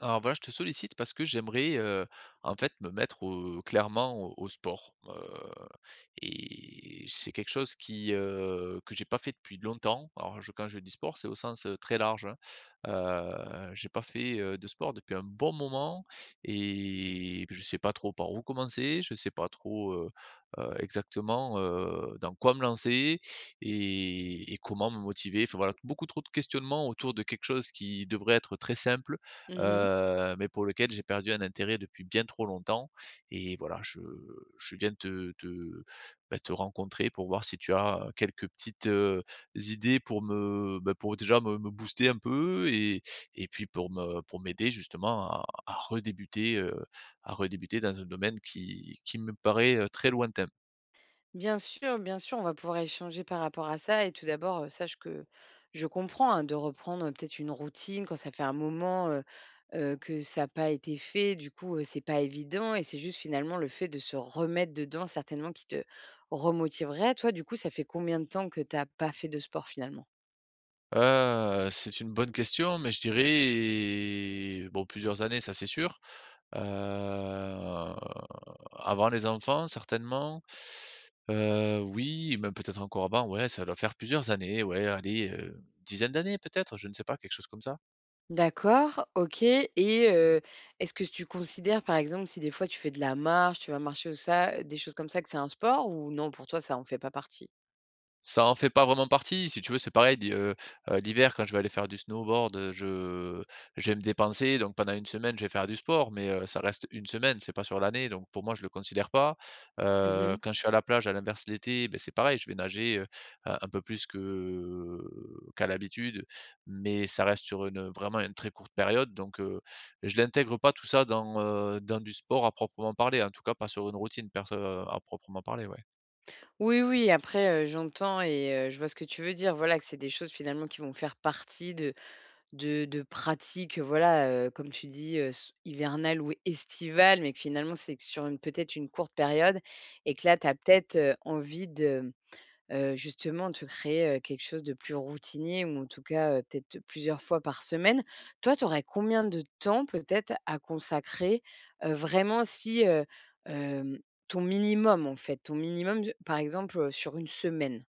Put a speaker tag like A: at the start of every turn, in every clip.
A: Alors voilà, je te sollicite parce que j'aimerais, en fait, me mettre au clairement au sport, et c'est quelque chose que j'ai pas fait depuis longtemps. Alors je quand je dis sport, c'est au sens, très large, hein. J'ai pas fait, de sport depuis un bon moment et je sais pas trop par où commencer, je sais pas trop, exactement, dans quoi me lancer et comment me motiver. Enfin voilà, beaucoup trop de questionnements autour de quelque chose qui devrait être très simple,
B: Mmh.
A: mais pour lequel j'ai perdu un intérêt depuis bien trop longtemps et voilà, je viens te rencontrer pour voir si tu as quelques petites, idées pour pour déjà me booster un peu et puis pour me pour m'aider justement à redébuter, à redébuter dans un domaine qui me paraît, très lointain.
B: Bien sûr, on va pouvoir échanger par rapport à ça et tout d'abord, sache que je comprends, hein, de reprendre, peut-être une routine quand ça fait un moment, que ça n'a pas été fait. Du coup, c'est pas évident et c'est juste finalement le fait de se remettre dedans certainement qui te remotiverait. Toi, du coup, ça fait combien de temps que tu as pas fait de sport finalement?
A: C'est une bonne question, mais je dirais, bon, plusieurs années, ça c'est sûr. Heu, Avant les enfants certainement. Oui, même peut-être encore avant, ouais, ça doit faire plusieurs années, ouais, allez, dizaine d'années peut-être, je ne sais pas, quelque chose comme ça.
B: D'accord, OK et est-ce que tu considères par exemple si des fois tu fais de la marche, tu vas marcher ou ça, des choses comme ça que c'est un sport ou non, pour toi ça en fait pas partie?
A: Ça en fait pas vraiment partie. Si tu veux, c'est pareil, di l'hiver, quand je vais aller faire du snowboard, je vais me dépenser, donc pendant une semaine, je vais faire du sport, mais ça reste une semaine, c'est pas sur l'année, donc pour moi, je le considère pas.
B: Mmh.
A: Quand je suis à la plage, à l'inverse, l'été, ben c'est pareil, je vais nager, un peu plus que qu'à l'habitude, mais ça reste sur une, vraiment une très courte période, donc je l'intègre pas tout ça dans, dans du sport à proprement parler, en tout cas pas sur une routine perso à proprement parler, ouais.
B: Oui, oui, après, j'entends et je vois ce que tu veux dire. Voilà, que c'est des choses finalement qui vont faire partie de de pratiques, voilà, comme tu dis, s hivernales ou estivales, mais que finalement, c'est que sur une peut-être une courte période et que là, tu as peut-être, envie de justement te créer, quelque chose de plus routinier ou en tout cas, peut-être plusieurs fois par semaine. Toi, tu aurais combien de temps peut-être à consacrer, vraiment si, hem, ton minimum en fait, ton minimum par exemple, sur une semaine,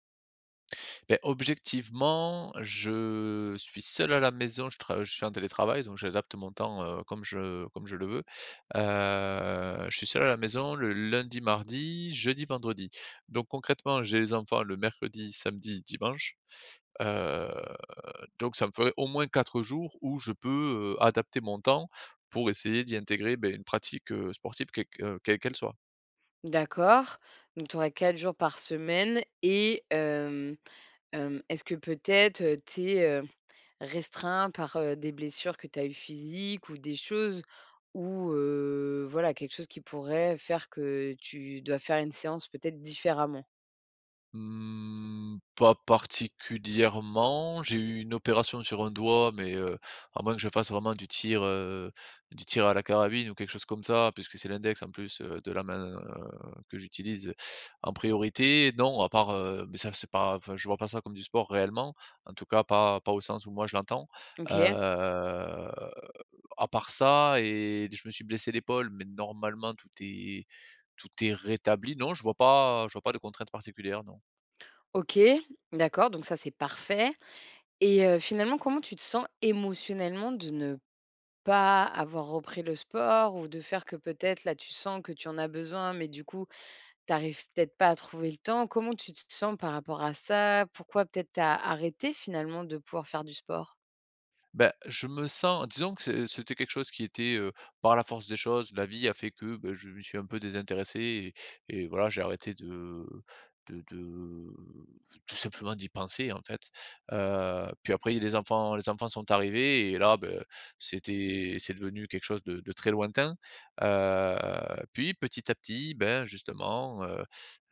A: Beh, objectivement, je suis seul à la maison, je suis en télétravail, donc j'adapte mon temps, comme je le veux. Je suis seul à la maison le lundi, mardi, jeudi, vendredi. Donc concrètement, j'ai les enfants le mercredi, samedi, dimanche. Heu, donc ça me ferait au moins 4 jours où je peux, adapter mon temps pour essayer d'y intégrer, beh, une pratique, sportive quelle qu'elle soit.
B: d'accord? Donc tu aurais 4 jours par semaine et est-ce que peut-être, tu es, restreint par, des blessures que tu as eues physiques ou des choses ou voilà, quelque chose qui pourrait faire que tu dois faire une séance peut-être différemment.
A: Mmh, pas particulièrement. J'ai eu une opération sur un doigt, mais, à moins que je fasse vraiment du tir à la carabine ou quelque chose comme ça, puisque c'est l'index en plus, de la main, que j'utilise en priorité. Non, à part, mais ça c'est pas enfin, je vois pas ça comme du sport réellement, en tout cas pas au sens où moi je l'entends.
B: OK.
A: Heu, à part ça et je me suis blessé l'épaule, mais normalement tout est rétabli. Non, je vois pas de contraintes particulières, non.
B: OK, d'accord, donc ça, c'est parfait et finalement, comment tu te sens émotionnellement de ne pas avoir repris le sport ou de faire que peut-être là, tu sens que tu en as besoin, mais du coup, tu arrives peut-être pas à trouver le temps? Comment tu te sens par rapport à ça? Pourquoi peut-être tu as arrêté finalement de pouvoir faire du sport?
A: Ben, je me sens, disons que c'était quelque chose qui était, par la force des choses, la vie a fait que, bah, je me suis un peu désintéressé et voilà, j'ai arrêté de tout simplement d'y penser, en fait. Puis après, les enfants sont arrivés et là, ben, c'est devenu quelque chose de très lointain. Heu, Puis petit à petit, ben, justement,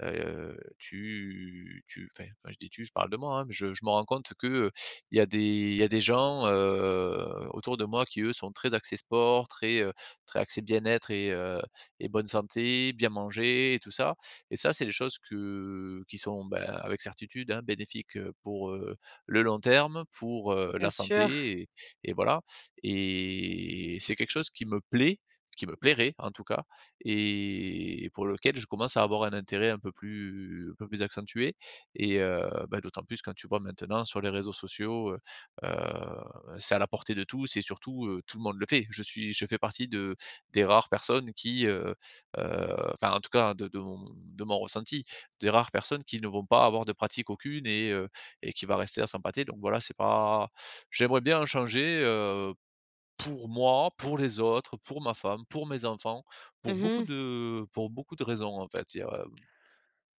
A: tu tu enfin, quand je dis: «tu», je parle de moi, hein, mais je me rends compte que il y a des il y a des gens, autour de moi qui eux sont très axés sport, très, très axés bien-être et bonne santé, bien manger et tout ça et ça, c'est des choses que qui sont, ben, avec certitude, hein, bénéfiques, pour, le long terme, pour,
B: Bien
A: la
B: sûr.
A: santé et voilà, et c'est quelque chose qui me plaît, qui me plairait en tout cas et pour lequel je commence à avoir un intérêt un peu plus accentué et bah, d'autant plus quand tu vois maintenant sur les réseaux sociaux, c'est à la portée de tous et surtout, tout le monde le fait. Je fais partie de des rares personnes qui, enfin en tout cas de mon ressenti, des rares personnes qui ne vont pas avoir de pratique aucune et qui va rester à s'empâter, donc voilà, c'est pas, j'aimerais bien changer, pour moi, pour les autres, pour ma femme, pour mes enfants,
B: Mmh.
A: pour beaucoup de raisons en fait, il y a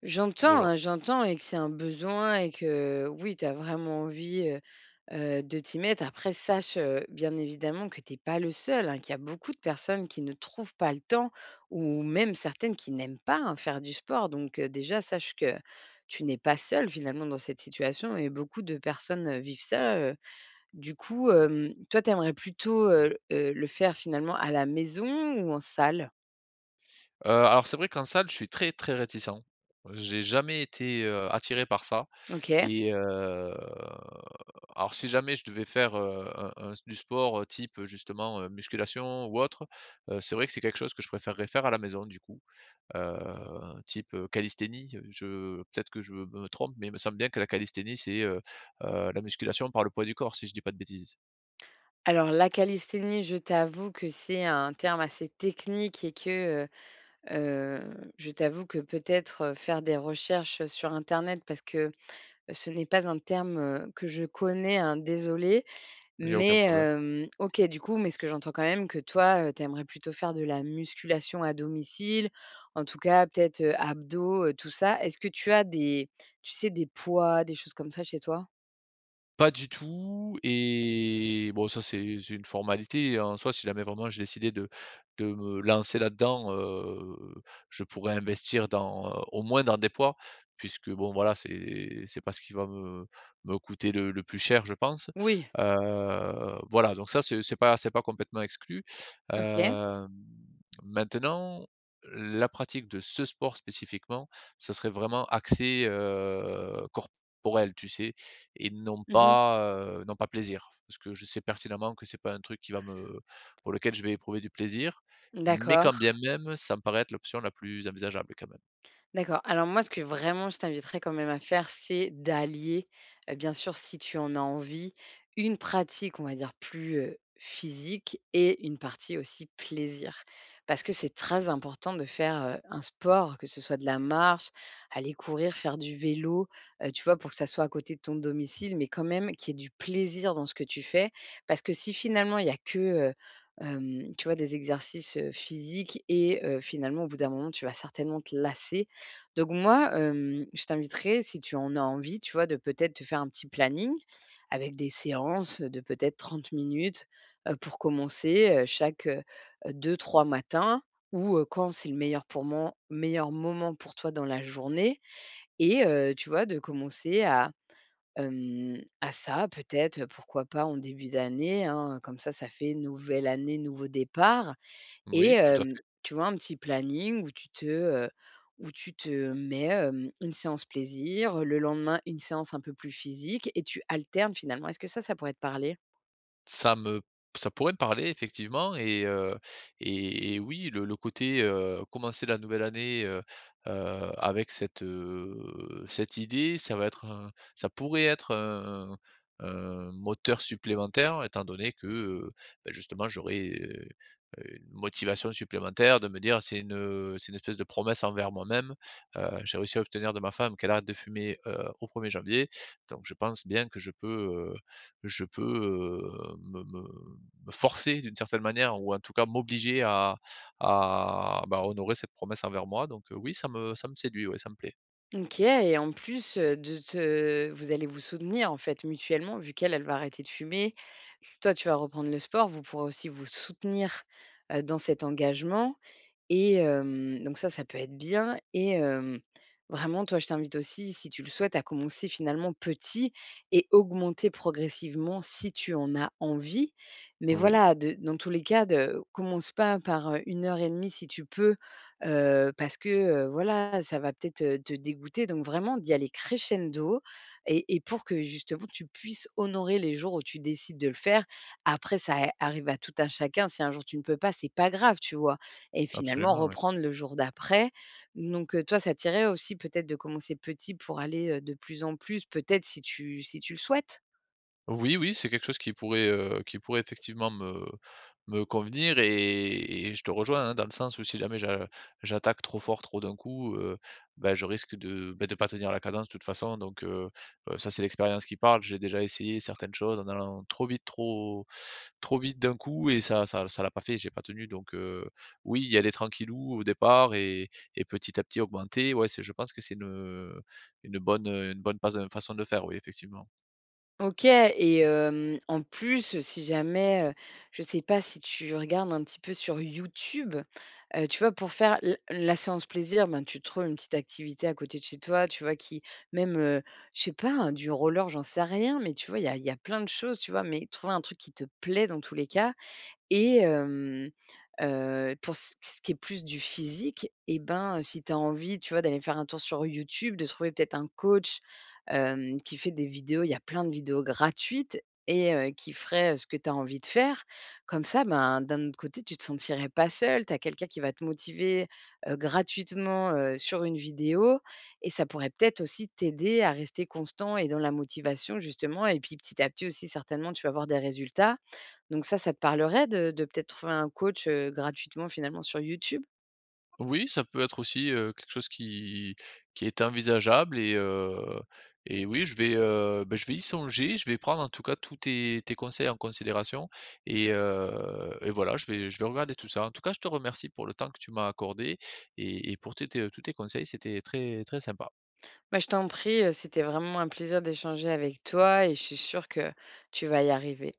B: J'entends,
A: voilà.
B: hein, j'entends et que c'est un besoin et que oui, tu as vraiment envie, de t'y mettre. Après, sache, bien évidemment que tu es pas le seul, hein, qu'il y a beaucoup de personnes qui ne trouvent pas le temps ou même certaines qui n'aiment pas, hein, faire du sport. Donc déjà, sache que tu n'es pas seul finalement dans cette situation et beaucoup de personnes, vivent ça. Du coup, toi, tu aimerais plutôt, le faire finalement à la maison ou en salle?
A: Alors c'est vrai qu'en salle, je suis très, très réticent. J'ai jamais été, attiré par ça
B: OK.
A: et alors si jamais je devais faire, un du sport, type, justement, musculation ou autre, c'est vrai que c'est quelque chose que je préférerais faire à la maison du coup, heu, type, calisthénie. Je Peut-être que je me trompe, mais il me semble bien que la calisthénie, c'est, la musculation par le poids du corps, si je dis pas de bêtises.
B: Alors la calisthénie, je t'avoue que c'est un terme assez technique et que, je t'avoue que peut-être, faire des recherches, sur internet parce que ce n'est pas un terme, que je connais, hein, désolé.
A: Il y a aucun
B: Mais,
A: problème?
B: OK, du coup, mais ce que j'entends quand même que toi, tu aimerais plutôt faire de la musculation à domicile, en tout cas peut-être, abdos, tout ça. Est-ce que tu as des, tu sais, des poids, des choses comme ça chez toi?
A: Pas du tout et bon, ça c'est une formalité, hein. En soi, si jamais vraiment j'ai décidé de me lancer là-dedans, je pourrais investir dans, au moins dans des poids puisque bon voilà, c'est pas ce qui va me coûter le plus cher je pense.
B: Oui,
A: Voilà donc ça c'est pas complètement exclu.
B: OK.
A: Hem, Maintenant, la pratique de ce sport spécifiquement, ça serait vraiment axé, corporel, tu sais? Et non
B: Mmh.
A: pas, non pas plaisir. Parce que je sais pertinemment que c'est pas un truc qui va me pour lequel je vais éprouver du plaisir, mais quand
B: D'accord.
A: bien même, ça me paraît être l'option la plus envisageable quand même.
B: D'accord. Alors moi, ce que vraiment je t'inviterais quand même à faire, c'est d'allier, bien sûr, si tu en as envie, une pratique, on va dire, plus, physique et une partie aussi plaisir. Parce que c'est très important de faire, un sport, que ce soit de la marche, aller courir, faire du vélo, tu vois? Pour que ça soit à côté de ton domicile, mais quand même qu'il y ait du plaisir dans ce que tu fais. Parce que si finalement il y a que, tu vois, des exercices, physiques et finalement, au bout d'un moment, tu vas certainement te lasser. Donc moi, je t'inviterais, si tu en as envie, tu vois, de peut-être te faire un petit planning avec des séances de peut-être 30 minutes, pour commencer, chaque, 2-3 matins ou, quand c'est le meilleur pour moi, meilleur moment pour toi dans la journée et tu vois, de commencer à, à ça peut-être, pourquoi pas en début d'année, hein, comme ça fait nouvelle année, nouveau départ. Et
A: Oui, tout à fait.
B: tu vois, un petit planning où tu te mets, une séance plaisir, le lendemain, une séance un peu plus physique et tu alternes finalement. Est-ce que ça pourrait te parler?
A: Ça me Ça pourrait me parler effectivement et oui, le côté, commencer la nouvelle année, avec cette, cette idée, ça va être un ça pourrait être un moteur supplémentaire étant donné que, bah, justement j'aurais, une motivation supplémentaire de me dire: c'est une espèce de promesse envers moi-même». J'ai réussi à obtenir de ma femme qu'elle arrête de fumer, au 1er janvier, donc je pense bien que je peux, me forcer d'une certaine manière ou en tout cas m'obliger à, bah, honorer cette promesse envers moi, donc oui, ça me séduit, ouais, ça me plaît.
B: OK et en plus, de te vous allez vous soutenir en fait mutuellement vu qu'elle, elle va arrêter de fumer. Toi, tu vas reprendre le sport. Vous pourrez aussi vous soutenir, dans cet engagement. Et donc ça peut être bien et vraiment, toi, je t'invite aussi, si tu le souhaites, à commencer finalement petit et augmenter progressivement si tu en as envie. Mais
A: Oui,
B: voilà, de dans tous les cas, de commence pas par, 1 heure et demie si tu peux, parce que, voilà, ça va peut-être, te dégoûter. Donc vraiment d'y aller crescendo et pour que justement tu puisses honorer les jours où tu décides de le faire. Après ça arrive à tout un chacun. Si un jour tu ne peux pas, c'est pas grave, tu vois? Et finalement
A: absolument, oui.
B: reprendre le jour d'après. Donc, toi, ça t'irait aussi peut-être de commencer petit pour aller, de plus en plus, peut-être si tu le souhaites?
A: Oui, oui, c'est quelque chose qui pourrait effectivement me convenir et je te rejoins, hein, dans le sens où si jamais j'attaque trop fort, trop d'un coup, bah, je risque de pas tenir la cadence de toute façon, donc ça c'est l'expérience qui parle. J'ai déjà essayé certaines choses en allant trop vite, trop vite d'un coup et ça l'a pas fait, j'ai pas tenu, donc oui, y aller tranquillou au départ et petit à petit augmenter, ouais, c'est je pense que c'est une bonne pas façon de le faire, oui, effectivement.
B: OK et en plus, si jamais, je sais pas si tu regardes un petit peu sur YouTube, tu vois, pour faire l la séance plaisir, ben, tu trouves une petite activité à côté de chez toi, tu vois, qui même, je sais pas, hein, du roller, j'en sais rien, mais tu vois, il y a plein de choses, tu vois, mais trouver un truc qui te plaît dans tous les cas et pour ce qui est plus du physique et ben, si tu as envie, tu vois, d'aller faire un tour sur YouTube, de trouver peut-être un coach, qui fait des vidéos, il y a plein de vidéos gratuites et qui ferait, ce que tu as envie de faire. Comme ça, ben, d'un autre côté, tu te sentirais pas seul, tu as quelqu'un qui va te motiver, gratuitement, sur une vidéo et ça pourrait peut-être aussi t'aider à rester constant et dans la motivation justement et puis petit à petit aussi certainement tu vas avoir des résultats donc ça te parlerait de peut-être trouver un coach, gratuitement finalement sur YouTube?
A: Oui, ça peut être aussi, quelque chose qui est envisageable et oui, je vais, bah, je vais y songer, je vais prendre en tout cas tous tes conseils en considération et voilà, je vais regarder tout ça. En tout cas, je te remercie pour le temps que tu m'as accordé et pour tes tes tous tes conseils, c'était très, très sympa.
B: Bah, je t'en prie, c'était vraiment un plaisir d'échanger avec toi et je suis sûre que tu vas y arriver.